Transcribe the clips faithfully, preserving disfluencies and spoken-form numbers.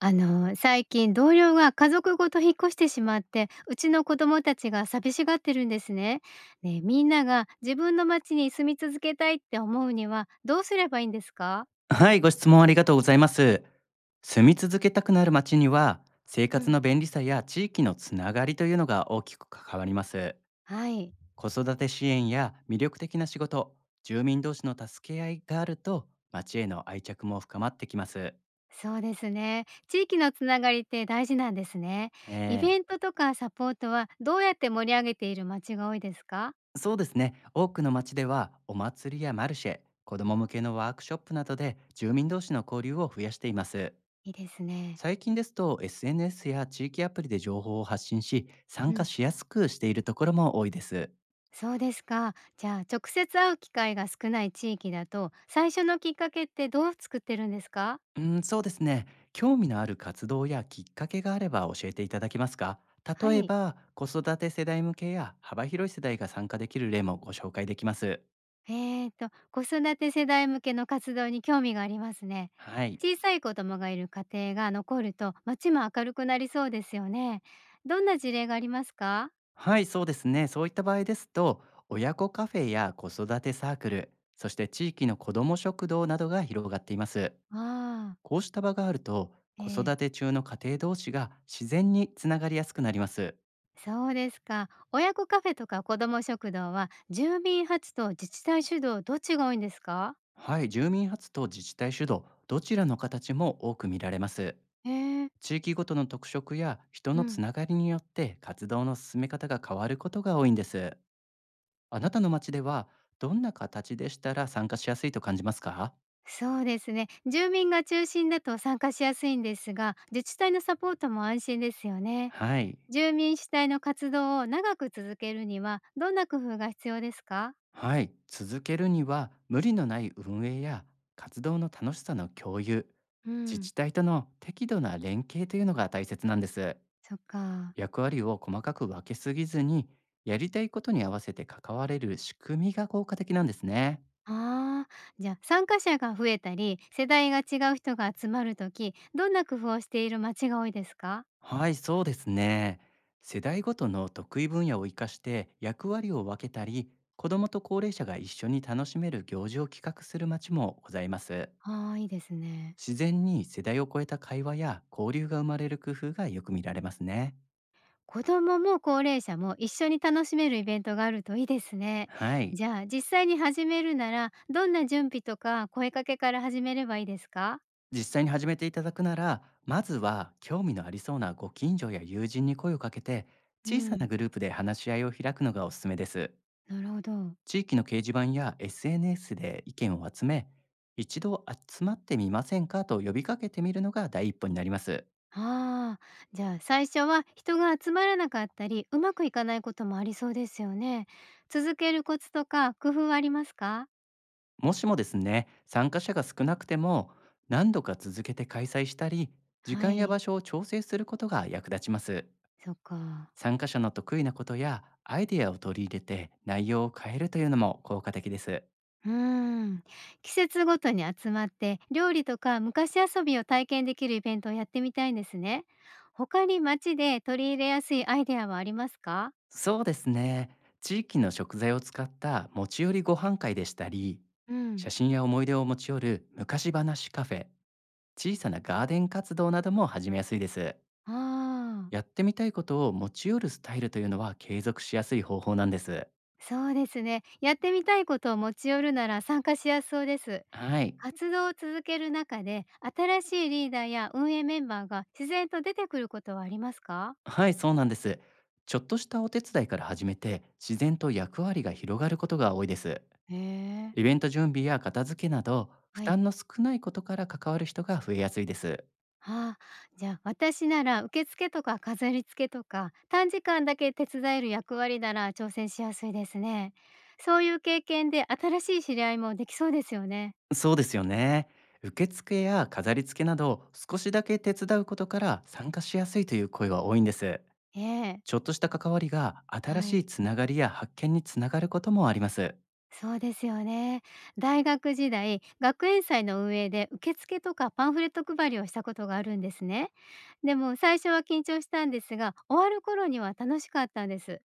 あの最近同僚が家族ごと引っ越してしまって、うちの子供たちが寂しがってるんですね。ねえ、みんなが自分の町に住み続けたいって思うにはどうすればいいんですか？はい、ご質問ありがとうございます。住み続けたくなる街には、生う活ん、の便利さや地域のつながりというのが大きく関わります。はい。子育て支援や魅力的な仕事、住民同士の助け合いがあると、街への愛着も深まってきます。そうですね、地域のつながりって大事なんですね。イえベントとかサポートはどうやって盛り上げている町が多いですか？ー、そうですね。多くの街では、お祭りやマルシェ、子ども向けのワークショップなどで住民同士の交流を増やしています。いいですね。最近ですと エスエヌエス や地域アプリで情報を発信し参う加ん。しやすくしているところも多いです。そうですか。じゃあ、直接会う機会が少ない地域だと最初のきっかけってどう作ってるんですか？うん、そうですね。興味のある活動やきっかけがあれば教えていただけますか？は例えい。ば子育て世代向けや幅広い世代が参加できる例もご紹介できます。えーと、子育て世代向けの活動に興味がありますね。はい。小さい子供がいる家庭が残ると、街も明るくなりそうですよね。どんな事例がありますか？はい、そうですね。そういった場合ですと、親子カフェや子育てサークル、そして地域の子ども食堂などが広がっています。ああ、こうした場があると、え子え、育て中の家庭同士が自然につながりやすくなります。そうですか。親子カフェとか子ども食堂は、住民発と自治体主導どっちが多いんですか？はい、住民発と自治体主導、どちらの形も多く見られます。へえ、地域ごとの特色や人うのつん。ながりによって、活動の進め方が変わることが多いんです。あなたの街では、どんな形でしたら参加しやすいと感じますか？そうですね。住民が中心だと参加しやすいんですが、自治体のサポートも安心ですよね。はい、住民主体の活動を長く続けるにはどんな工夫が必要ですか？はい、続けるには無理のない運営や活動の楽しさの共有、う自ん。治体との適度な連携というのが大切なんです。そっか。役割を細かく分けすぎずに、やりたいことに合わせて関われる仕組みが効果的なんですね。ああ、じゃあ参加者が増えたり、世代が違う人が集まるとき、どんな工夫をしている町が多いですか？はい、そうですね。世代ごとの得意分野を生かして役割を分けたり、子どもと高齢者が一緒に楽しめる行事を企画する町もございます。ああー、いいですね。自然に世代を超えた会話や交流が生まれる工夫がよく見られますね。子供も高齢者も一緒に楽しめるイベントがあるといいですね。はい。じゃあ、実際に始めるなら、どんな準備とか声かけから始めればいいですか？実際に始めていただくなら、まずは興味のありそうなご近所や友人に声をかけて、う小さなん。グループで話し合いを開くのがおすすめです。なるほど。地域の掲示板や エスエヌエス で意見を集め、一度集まってみませんかと呼びかけてみるのが第一歩になります。ああ、じゃあ最初は人が集まらなかったり、うまくいかないこともありそうですよね。続けるコツとか工夫はありますか？もしもですね、参加者が少なくても、何度か続けて開催したり、時は間や場い、所を調整することが役立ちます。そっか。参加者の得意なことやアイデアを取り入れて内容を変えるというのも効果的です。うーん。季節ごとに集まって料理とか昔遊びを体験できるイベントをやってみたいんですね。他に街で取り入れやすいアイデアはありますか？そうですね。地域の食材を使った持ち寄りご飯会でしたり、うん、写真や思い出を持ち寄る昔話カフェ、小さなガーデン活動なども始めやすいです。ああ、やってみたいことを持ち寄るスタイルというのは、継続しやすい方法なんです。そうですね。やってみたいことを持ち寄るなら参加しやすそうです。はい。活動を続ける中で、新しいリーダーや運営メンバーが自然と出てくることはありますか？はい、そうなんです。ちょっとしたお手伝いから始めて、自然と役割が広がることが多いです。へえ。イベント準備や片付けなど、負はい。担の少ないことから関わる人が増えやすいです。ああ、じゃあ私なら受付とか飾り付けとか短時間だけ手伝える役割なら挑戦しやすいですね。そういう経験で新しい知り合いもできそうですよね。そうですよね。受付や飾り付けなど、少しだけ手伝うことから参加しやすいという声は多いんです。ええ、ちょっとした関わりが新はしいい。つながりや発見につながることもあります。そうですよね。大学時代、学園祭の運営で受付とかパンフレット配りをしたことがあるんですね。でも最初は緊張したんですが、終わる頃には楽しかったんです。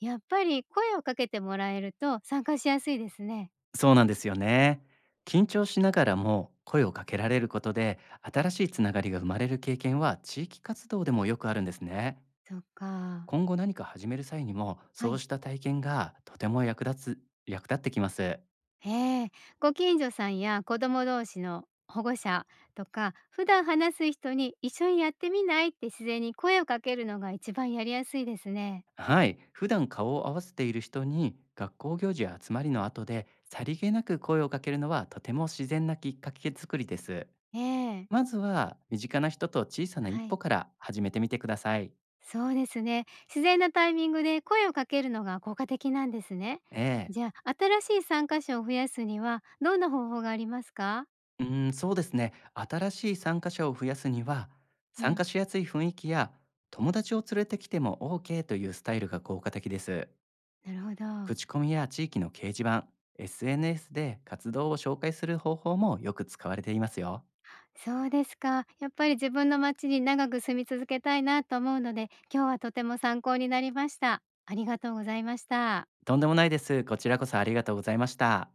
やっぱり声をかけてもらえると参加しやすいですね。そうなんですよね。緊張しながらも声をかけられることで、新しいつながりが生まれる経験は地域活動でもよくあるんですね。そっか。今後何か始める際にも、はそうい。した体験がとても役立つ、役立ってきます。へえ。ご近所さんや子供同士の保護者とか、普段話す人に一緒にやってみないって自然に声をかけるのが一番やりやすいですね。はい。普段顔を合わせている人に、学校行事や集まりの後で、さりげなく声をかけるのはとても自然なきっかけ作りです。ええ。まずは、身近な人と小さな一は歩い。から始めてみてください。そうですね。自然なタイミングで声をかけるのが効果的なんですね。ええ。じゃあ、新しい参加者を増やすにはどんな方法がありますか？うーん、そうですね。新しい参加者を増やすには、う参ん、加しやすい雰囲気や、友達を連れてきても オーケー というスタイルが効果的です。なるほど。口コミや地域の掲示板、エスエヌエス で活動を紹介する方法もよく使われていますよ。そうですか。やっぱり自分の町に長く住み続けたいなと思うので、今日はとても参考になりました。ありがとうございました。とんでもないです。こちらこそありがとうございました。